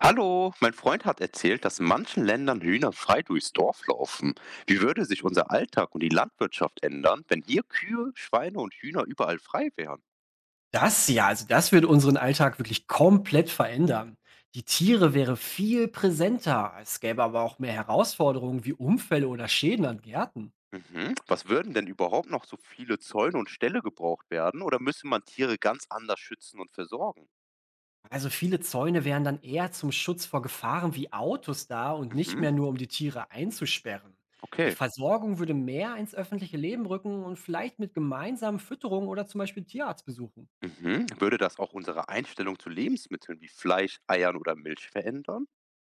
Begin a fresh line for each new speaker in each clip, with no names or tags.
Hallo, mein Freund hat erzählt, dass in manchen Ländern Hühner frei durchs Dorf laufen. Wie würde sich unser Alltag und die Landwirtschaft ändern, wenn hier Kühe, Schweine und Hühner überall frei wären?
Das ja, also das würde unseren Alltag wirklich komplett verändern. Die Tiere wäre viel präsenter. Es gäbe aber auch mehr Herausforderungen wie Unfälle oder Schäden an Gärten.
Mhm. Was würden denn überhaupt noch so viele Zäune und Ställe gebraucht werden oder müsste man Tiere ganz anders schützen und versorgen?
Also viele Zäune wären dann eher zum Schutz vor Gefahren wie Autos da und nicht
Mhm.
mehr nur um die Tiere einzusperren. Die
Okay.
Versorgung würde mehr ins öffentliche Leben rücken und vielleicht mit gemeinsamen Fütterungen oder zum Beispiel Tierarztbesuchen.
Mhm. Würde das auch unsere Einstellung zu Lebensmitteln wie Fleisch, Eiern oder Milch verändern?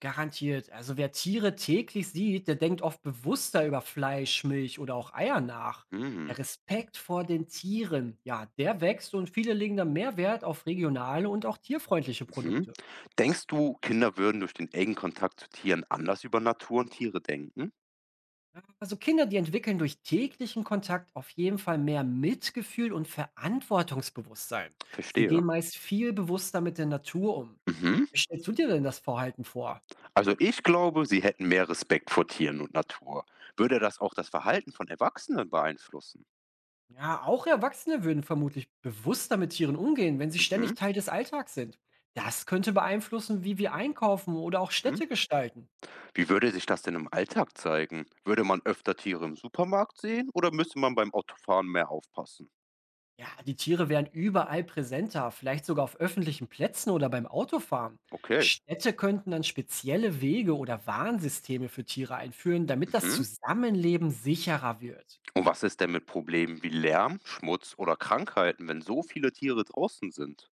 Garantiert. Also wer Tiere täglich sieht, der denkt oft bewusster über Fleisch, Milch oder auch Eier nach.
Mhm.
Der Respekt vor den Tieren, ja, der wächst und viele legen dann mehr Wert auf regionale und auch tierfreundliche
Mhm.
Produkte.
Denkst du, Kinder würden durch den engen Kontakt zu Tieren anders über Natur und Tiere denken?
Also Kinder, die entwickeln durch täglichen Kontakt auf jeden Fall mehr Mitgefühl und Verantwortungsbewusstsein. Sie
Verstehe.
gehen meist viel bewusster mit der Natur um.
Mhm.
Wie stellst du dir denn das Verhalten vor?
Also, ich glaube, sie hätten mehr Respekt vor Tieren und Natur. Würde das auch das Verhalten von Erwachsenen beeinflussen?
Ja, auch Erwachsene würden vermutlich bewusster mit Tieren umgehen, wenn sie ständig
Mhm.
Teil des Alltags sind. Das könnte beeinflussen, wie wir einkaufen oder auch
Mhm.
Städte gestalten.
Wie würde sich das denn im Alltag zeigen? Würde man öfter Tiere im Supermarkt sehen oder müsste man beim Autofahren mehr aufpassen?
Ja, die Tiere wären überall präsenter, vielleicht sogar auf öffentlichen Plätzen oder beim Autofahren.
Okay.
Städte könnten dann spezielle Wege oder Warnsysteme für Tiere einführen, damit das
Mhm.
Zusammenleben sicherer wird.
Und was ist denn mit Problemen wie Lärm, Schmutz oder Krankheiten, wenn so viele Tiere draußen sind?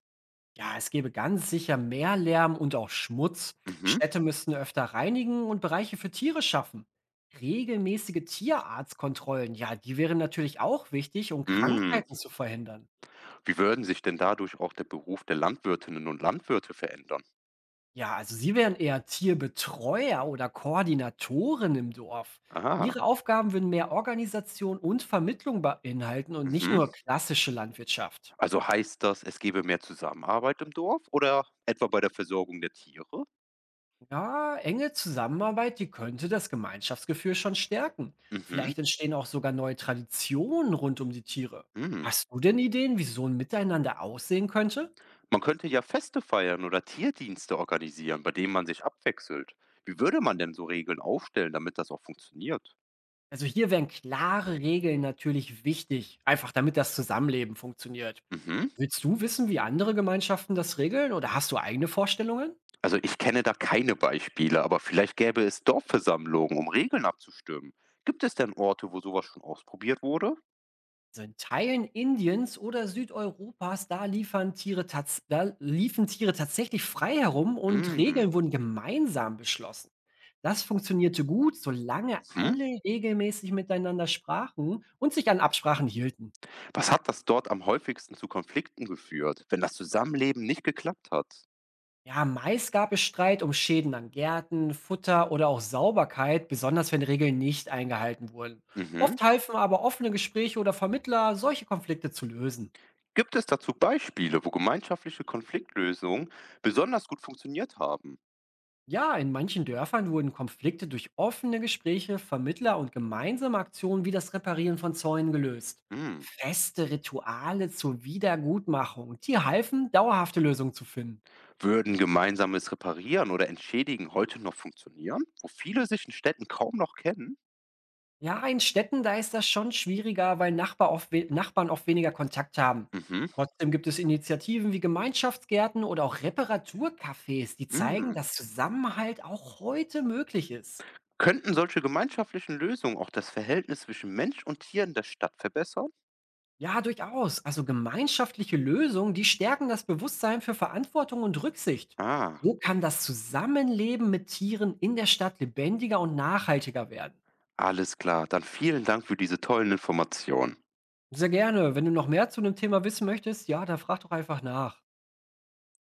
Ja, es gäbe ganz sicher mehr Lärm und auch Schmutz.
Mhm.
Städte müssten öfter reinigen und Bereiche für Tiere schaffen. Regelmäßige Tierarztkontrollen, ja, die wären natürlich auch wichtig, um
Mhm.
Krankheiten zu verhindern.
Wie würden sich denn dadurch auch der Beruf der Landwirtinnen und Landwirte verändern?
Ja, also sie wären eher Tierbetreuer oder Koordinatoren im Dorf. Ihre
Ah.
Aufgaben würden mehr Organisation und Vermittlung beinhalten und nicht
Mhm.
nur klassische Landwirtschaft.
Also heißt das, es gäbe mehr Zusammenarbeit im Dorf oder etwa bei der Versorgung der Tiere?
Ja, enge Zusammenarbeit, die könnte das Gemeinschaftsgefühl schon stärken.
Mhm.
Vielleicht entstehen auch sogar neue Traditionen rund um die Tiere.
Hm.
Hast du denn Ideen, wie so ein Miteinander aussehen könnte?
Man könnte ja Feste feiern oder Tierdienste organisieren, bei denen man sich abwechselt. Wie würde man denn so Regeln aufstellen, damit das auch funktioniert?
Also hier wären klare Regeln natürlich wichtig, einfach damit das Zusammenleben funktioniert.
Mhm.
Willst du wissen, wie andere Gemeinschaften das regeln oder hast du eigene Vorstellungen?
Also ich kenne da keine Beispiele, aber vielleicht gäbe es Dorfversammlungen, um Regeln abzustimmen. Gibt es denn Orte, wo sowas schon ausprobiert wurde?
Also in Teilen Indiens oder Südeuropas, da liefen Tiere tatsächlich frei herum und
Hm.
Regeln wurden gemeinsam beschlossen. Das funktionierte gut, solange
Mhm.
alle regelmäßig miteinander sprachen und sich an Absprachen hielten.
Was hat das dort am häufigsten zu Konflikten geführt, wenn das Zusammenleben nicht geklappt hat?
Ja, meist gab es Streit um Schäden an Gärten, Futter oder auch Sauberkeit, besonders wenn Regeln nicht eingehalten wurden.
Mhm.
Oft halfen aber offene Gespräche oder Vermittler, solche Konflikte zu lösen.
Gibt es dazu Beispiele, wo gemeinschaftliche Konfliktlösungen besonders gut funktioniert haben?
Ja, in manchen Dörfern wurden Konflikte durch offene Gespräche, Vermittler und gemeinsame Aktionen wie das Reparieren von Zäunen gelöst.
Hm.
Feste Rituale zur Wiedergutmachung, die halfen, dauerhafte Lösungen zu finden.
Würden gemeinsames Reparieren oder Entschädigen heute noch funktionieren, wo viele sich in Städten kaum noch kennen?
Ja, in Städten, da ist das schon schwieriger, weil Nachbarn oft weniger Kontakt haben.
Mhm.
Trotzdem gibt es Initiativen wie Gemeinschaftsgärten oder auch Reparaturcafés, die zeigen,
Hm.
dass Zusammenhalt auch heute möglich ist.
Könnten solche gemeinschaftlichen Lösungen auch das Verhältnis zwischen Mensch und Tier in der Stadt verbessern?
Ja, durchaus. Also gemeinschaftliche Lösungen, die stärken das Bewusstsein für Verantwortung und Rücksicht.
Ah,
So kann das Zusammenleben mit Tieren in der Stadt lebendiger und nachhaltiger werden.
alles klar. Dann vielen Dank für diese tollen Informationen.
Sehr gerne. Wenn du noch mehr zu dem Thema wissen möchtest, ja, dann frag doch einfach nach.